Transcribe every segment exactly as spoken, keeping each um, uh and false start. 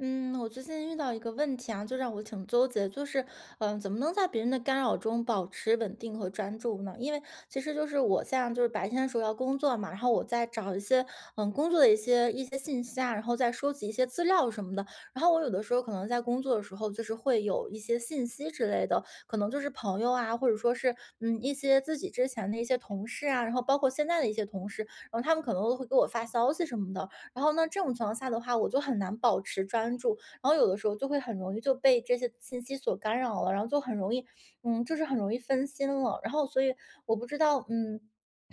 嗯，我最近遇到一个问题啊，就让我挺纠结，就是，嗯、怎么能在别人的干扰中保持稳定和专注呢？因为其实就是我现在就是白天的时候要工作嘛，然后我在找一些，嗯，工作的一些一些信息啊，然后再收集一些资料什么的。然后我有的时候可能在工作的时候，就是会有一些信息之类的，可能就是朋友啊，或者说是，嗯，一些自己之前的一些同事啊，然后包括现在的一些同事，然后他们可能会给我发消息什么的。然后呢，这种情况下的话，我就很难保持专注，然后有的时候就会很容易就被这些信息所干扰了，然后就很容易，嗯，就是很容易分心了。然后所以我不知道，嗯，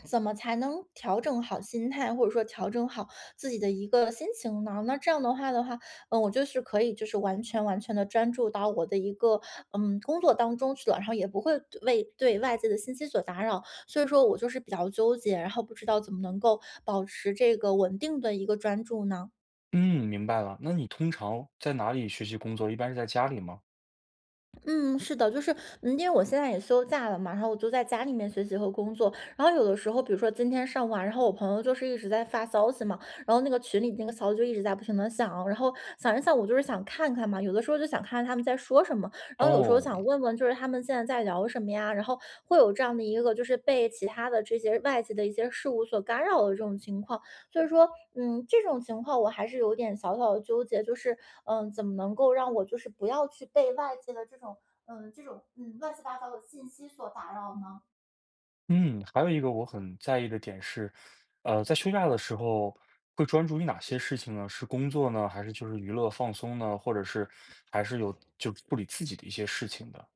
怎么才能调整好心态，或者说调整好自己的一个心情呢？那这样的话的话，嗯，我就是可以就是完全完全的专注到我的一个嗯工作当中去了，然后也不会为对外界的信息所打扰，所以说我就是比较纠结，然后不知道怎么能够保持这个稳定的一个专注呢？嗯，明白了。那你通常在哪里学习工作？一般是在家里吗？嗯，是的，就是，嗯，因为我现在也休假了嘛，然后我就在家里面学习和工作，然后有的时候，比如说今天上午啊，然后我朋友就是一直在发消息嘛，然后那个群里那个消息就一直在不停的响，然后想一想，我就是想看看嘛，有的时候就想看看他们在说什么，然后有时候哦，想问问就是他们现在在聊什么呀，然后会有这样的一个就是被其他的这些外界的一些事物所干扰的这种情况，所以说，嗯，这种情况我还是有点小小的纠结，就是嗯，怎么能够让我就是不要去被外界的这种嗯这种嗯乱七八糟的信息所打扰呢？嗯嗯还有一个我很在意的点是，呃，在休假的时候会专注于哪些事情呢？是工作呢，还是就是娱乐放松呢？或者是还是有就处理自己的一些事情的？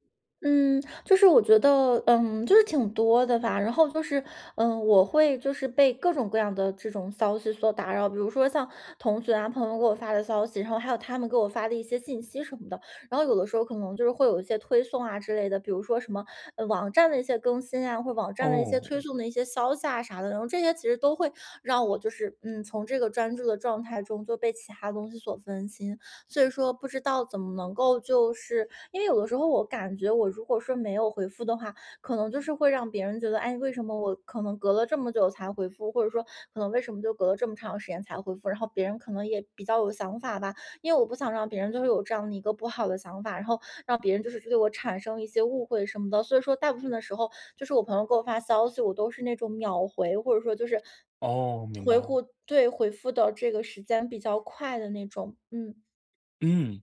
嗯，就是我觉得，嗯，就是挺多的吧。然后就是，嗯，我会就是被各种各样的这种消息所打扰，比如说像同学啊、朋友给我发的消息，然后还有他们给我发的一些信息什么的。然后有的时候可能就是会有一些推送啊之类的，比如说什么呃网站的一些更新啊，或者网站的一些哦，推送的一些消息啊啥的。然后这些其实都会让我就是，嗯，从这个专注的状态中就被其他东西所分心。所以说不知道怎么能够就是因为有的时候我感觉我如果说没有回复的话，可能就是会让别人觉得，哎，为什么我可能隔了这么久才回复，或者说可能为什么就隔了这么长时间才回复，然后别人可能也比较有想法吧，因为我不想让别人就是有这样的一个不好的想法，然后让别人就是对我产生一些误会什么的，所以说大部分的时候，就是我朋友给我发消息，我都是那种秒回，或者说就是哦，明回白了。复对回复的这个时间比较快的那种，嗯。嗯。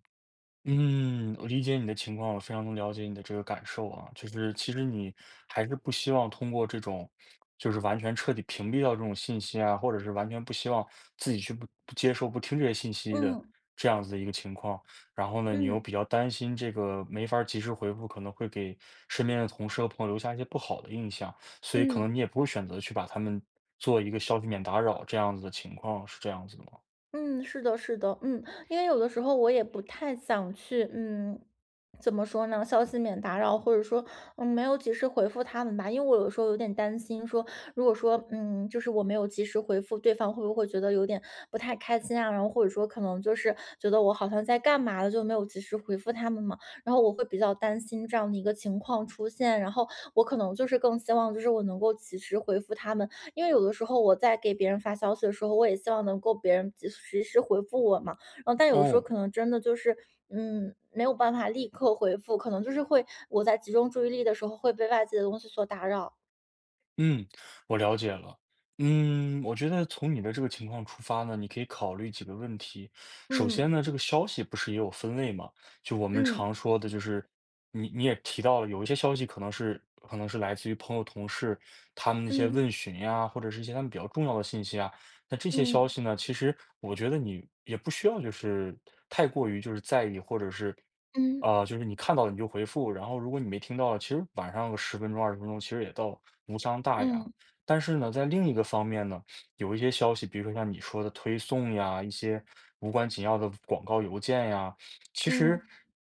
嗯，我理解你的情况，我非常能了解你的这个感受啊，就是其实你还是不希望通过这种，就是完全彻底屏蔽掉这种信息啊，或者是完全不希望自己去不不接受、不听这些信息的嗯，这样子的一个情况。然后呢，你又嗯，比较担心这个没法儿及时回复，可能会给身边的同事和朋友留下一些不好的印象，所以可能嗯，你也不会选择去把他们做一个消息免打扰这样子的情况，是这样子的吗？嗯，是的，是的，嗯，因为有的时候我也不太想去，嗯，怎么说呢，消息免打扰，或者说，嗯，没有及时回复他们吧，因为我有时候有点担心说，如果说，嗯，就是我没有及时回复对方，会不会觉得有点不太开心啊？然后或者说可能就是觉得我好像在干嘛了，就没有及时回复他们嘛，然后我会比较担心这样的一个情况出现，然后我可能就是更希望就是我能够及时回复他们。因为有的时候我在给别人发消息的时候，我也希望能够别人及及时回复我嘛。然后但有的时候哦。可能真的就是，嗯，没有办法立刻回复，可能就是会我在集中注意力的时候会被外界的东西所打扰。嗯，我了解了。嗯，我觉得从你的这个情况出发呢，你可以考虑几个问题。首嗯先呢，这个消息不是也有分类吗？就我们嗯常说的，就是你你也提到了，有一些消息可能是可能是来自于朋友、同事他们那些嗯问询呀，或者是一些他们比较重要的信息啊。那这些消嗯息呢，其实我觉得你也不需要就是太过于就是在意，或者是嗯啊、就是你看到了你就回复，然后如果你没听到，其实晚上个十分钟、二十分钟，其实也倒无伤大雅。嗯但是呢，在另一个方面呢，有一些消息，比如说像你说的推送呀，一些无关紧要的广告邮件呀，其实。嗯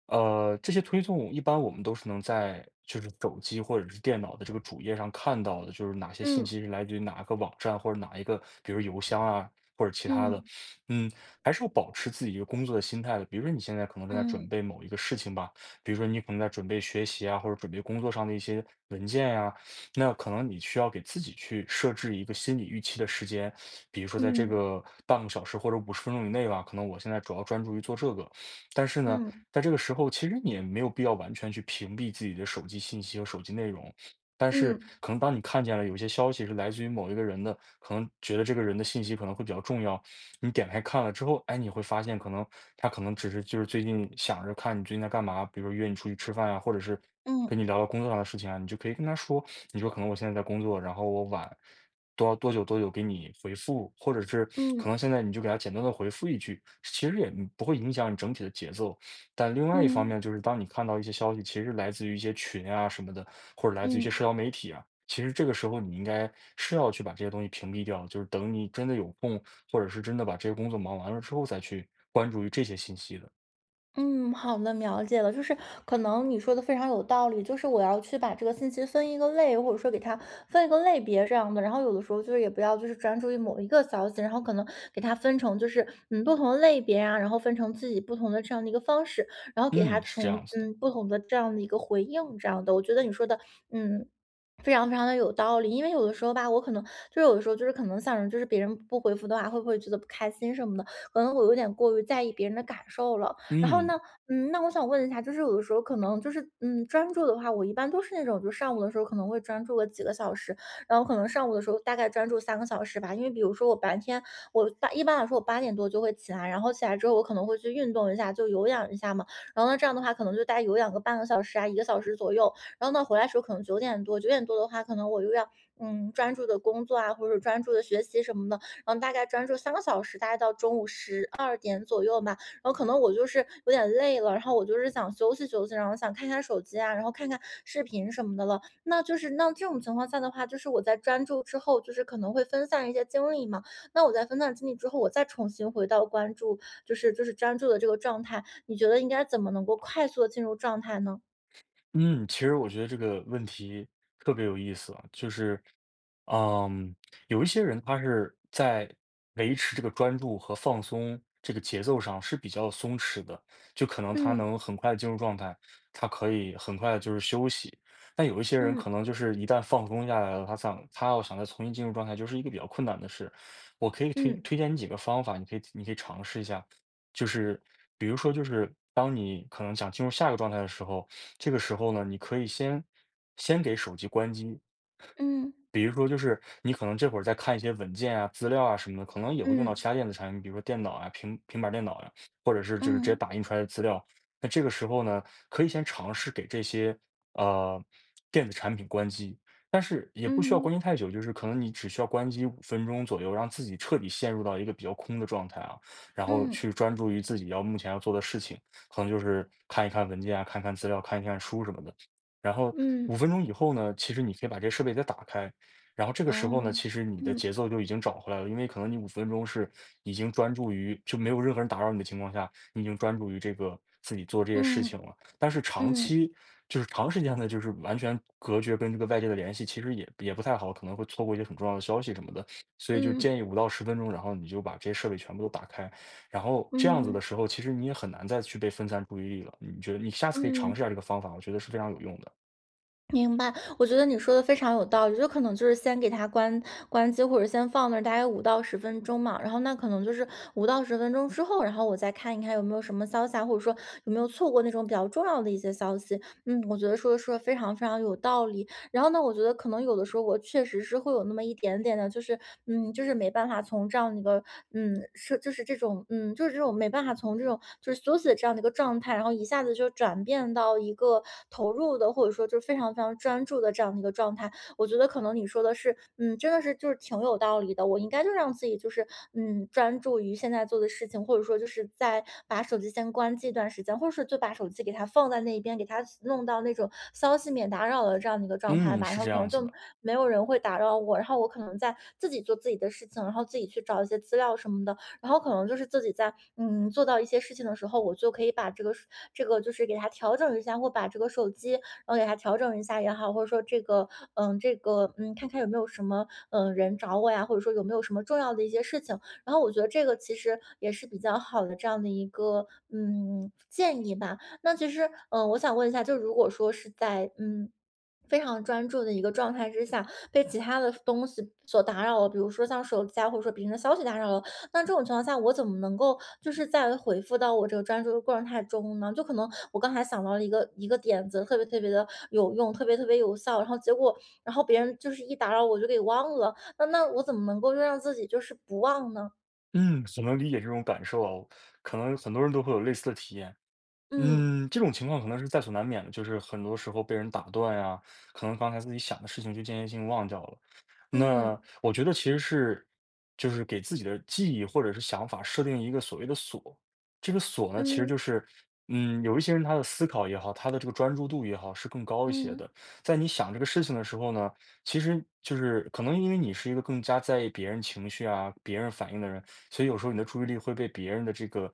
呃，这些推送一般我们都是能在就是手机或者是电脑的这个主页上看到的，就是哪些信嗯息是来自于哪个网站或者哪一个，比如邮箱啊或者其他的。嗯嗯，还是要保持自己一个工作的心态的。比如说你现在可能正在准嗯备某一个事情吧，比如说你可能在准备学习啊，或者准备工作上的一些文件呀、那可能你需要给自己去设置一个心理预期的时间，比如说在这嗯嗯个半个小时或者五十分钟以内吧，可能我现在主要专注于做这个。但是呢，在这个时候，其实你也没有必要完全去屏蔽自己的手机信息和手机内容，但是嗯可能当你看见了有些消息是来自于某一个人的，可能觉得这个人的信息可能会比较重要，你点开看了之后，哎，你会发现可能他可能只是就是最近想着看你最近在干嘛，比如说约你出去吃饭呀、或者是嗯跟你聊聊工作上的事情啊，你就可以跟他说，你说可能我现在在工作，然后我晚多多久多久给你回复，或者是可能嗯现在你就给他简单的回复一句，其实也不会影响你整体的节奏。但另外一方嗯面，就是当你看到一些消息，其实来自于一些群啊什么的，或者来自于一些嗯。社交媒体啊，其实这个时候你应该是要去把这些东西屏蔽掉，就是等你真的有空，或者是真的把这些工作忙完了之后，再去关注于这些信息的。嗯，好的，了解了。就是可能你说的非常有道理，就是我要去把这个信息分一个类，或者说给它分一个类别这样的。然后有的时候就是也不要就是专注于某一个消息，然后可能给它分成就是嗯不同的类别啊，然后分成自己不同的这样的一个方式，然后给它嗯，是这从样子的。嗯不同的这样的一个回应这样的。我觉得你说的嗯。非常非常的有道理，因为有的时候吧，我可能就是有的时候就是可能想着，就是别人不回复的话，会不会觉得不开心什么的，可能我有点过于在意别人的感受了。然后嗯。呢，嗯，那我想问一下，就是有的时候可能就是，嗯，专注的话，我一般都是那种，就上午的时候可能会专注个几个小时，然后可能上午的时候大概专注三个小时吧。因为比如说我白天，我八一般来说我八点多就会起来，然后起来之后我可能会去运动一下，就有氧一下嘛。然后呢，这样的话可能就大概有氧个半个小时啊，一个小时左右。然后呢，回来的时候可能九点多，九点多的话，可能我又要嗯专注的工作啊，或者专注的学习什么的，然后大概专注三个小时，大概到中午十二点左右吧。然后可能我就是有点累了，然后我就是想休息休息，然后想看看手机啊，然后看看视频什么的了。那就是那这种情况下的话，就是我在专注之后，就是可能会分散一些精力嘛。那我在分散精力之后，我再重新回到关注，就是就是专注的这个状态。你觉得应该怎么能够快速的进入状态呢？嗯，其实我觉得这个问题特别有意思啊，就是，嗯，有一些人他是在维持这个专注和放松这个节奏上是比较松弛的，就可能他嗯能很快地进入状态，他可以很快地就是休息。但有一些人嗯可能就是一旦放松下来了，他想他要想再重新进入状态，就是一个比较困难的事。我可以推嗯推荐你几个方法，你可以你可以尝试一下，就是比如说就是当你可能想进入下一个状态的时候。这个时候呢，你可以先先给手机关机，嗯比如说就是你可能这会儿在看一些文件啊、资料啊什么的，可能也会用到嗯其他电子产品，比如说电脑啊、平平板儿电脑呀、或者是就是直接嗯打印出来的资料。那这个时候呢，可以先尝试给这些呃电子产品关机，但是也不需要嗯关机太久，就是可能你只需要关机五分钟左右，让自己彻底陷入到一个比较空的状态啊，然后嗯去专注于自己要目前要做的事情，可能就是看一看文件啊、看一看资料、看一看书什么的。然后嗯五分钟以后呢，其实你可以把这设备再打开，然后这个哦时候呢，其实你的嗯节奏就已经找回来了，因为可能你五分钟是已经专注于就没有任何人打扰你的情况下，你已经专注于这个自己做这些事嗯情了。但是长嗯期就是长时间的，就是完全隔绝跟这个外界的联系，其实也也不太好，可能会错过一些很重要的消息什么的。所以就嗯建议五到十分钟，然后你就把这些设备全部都打开，然后这样嗯子的嗯时候，其实你也很难再去被分散注意力了。你觉得你下次可以尝试一下嗯。这个方法，我觉得是非常有用的。明白，我觉得你说的非常有道理，就可能就是先给它关关机，或者先放那儿大概五到十分钟嘛，然后那可能就是五到十分钟之后，然后我再看一看有没有什么消息啊，或者说有没有错过那种比较重要的一些消息。嗯，我觉得说的说的非常非常有道理。然后呢，我觉得可能有的时候我确实是会有那么一点点的，就是嗯，就是没办法从这样的一个嗯，是就是这种嗯，就是这种没办法从这种就是休息的这样的一个状态，然后一下子就转变到一个投入的，或者说就是非常非常专注的这样的一个状态。我觉得可能你说的是，嗯，真的是就是挺有道理的。我应该就让自己就是，嗯，专注于现在做的事情，或者说就是在把手机先关机一段时间，或者是就把手机给它放在那一边，给它弄到那种消息免打扰的这样的一个状态嗯，吧。然是后这可能样子就的。没有人会打扰我，然后我可能在自己做自己的事情，然后自己去找一些资料什么的，然后可能就是自己在嗯做到一些事情的时候，我就可以把这个这个就是给它调整一下，或把这个手机然后给他调整一下也好，或者说这个，嗯，这个，嗯，看看有没有什么，嗯，人找我呀，或者说有没有什么重要的一些事情。然后我觉得这个其实也是比较好的这样的一个，嗯，建议吧。那其实，嗯，我想问一下，就如果说是在，嗯。非常专注的一个状态之下，被其他的东西所打扰了，比如说像手机啊，或者说别人的消息打扰了，那这种情况下，我怎么能够就是在回复到我这个专注的过程态中呢？就可能我刚才想到了一个一个点子，特别特别的有用，特别特别有效，然后结果，然后别人就是一打扰我就给忘了，那那我怎么能够就让自己就是不忘呢？嗯，很能理解这种感受啊，可能很多人都会有类似的体验。嗯嗯，这种情况可能是在所难免的，就是很多时候被人打断呀，可能刚才自己想的事情就间歇性忘掉了。嗯那我觉得其实是，就是给自己的记忆或者是想法设定一个所谓的锁。这个锁呢，其实就嗯是，嗯，有一些人他的思考也好，他的这个专注度也好，是更高一些嗯的。在你想这个事情的时候呢，其实就是可能因为你是一个更加在意别人情绪啊、别人反应的人，所以有时候你的注意力会被别人的这个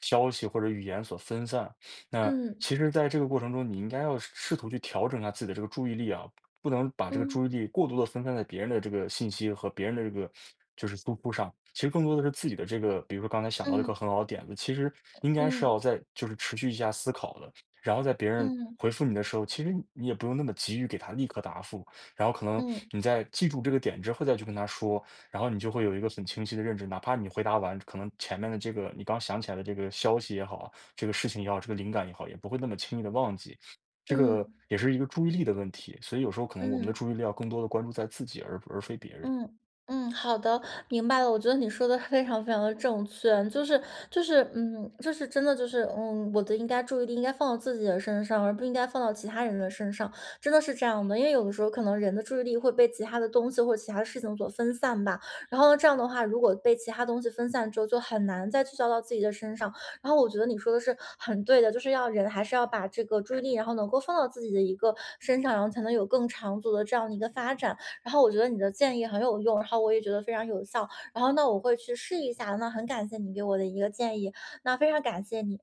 消息或者语言所分散。那嗯其实在这个过程中，你应该要试图去调整一下自己的这个注意力啊，不能把这个嗯注意力过度的分散在别人的这个信息和别人的这个就是输出上。其实更多的是自己的这个，比如说刚才想到一嗯个很好的点子，其实应该是嗯要在就是持续一下思考的，然后在别人嗯回嗯复你的时候，其实你也不用那么急于给他立刻答复，然后可能嗯你在记住这个点之后再去跟他说，然后你就会有一个很清晰的认知，哪怕你回答完，可能前面的这个你刚想起来的这个消息也好啊。这个事情也好，这个灵感也好，也不会那么轻易的忘记。这个嗯也是一个注意力的问题，所以有时候可能我们的嗯。注意力要更多的关注在自己而，而非别人。嗯嗯，好的，明白了。我觉得你说的非常非常的正确，就是就是嗯，就是真的就是嗯，我的应该注意力应该放到自己的身上，而不应该放到其他人的身上，真的是这样的。因为有的时候可能人的注意力会被其他的东西或者其他的事情所分散吧。然后呢这样的话，如果被其他东西分散之后，就很难再聚焦到自己的身上。然后我觉得你说的是很对的，就是要人还是要把这个注意力，然后能够放到自己的一个身上，然后才能有更长足的这样的一个发展。然后我觉得你的建议很有用，然后我也觉得非常有效，然后那我会去试一下，那很感谢你给我的一个建议，那非常感谢你。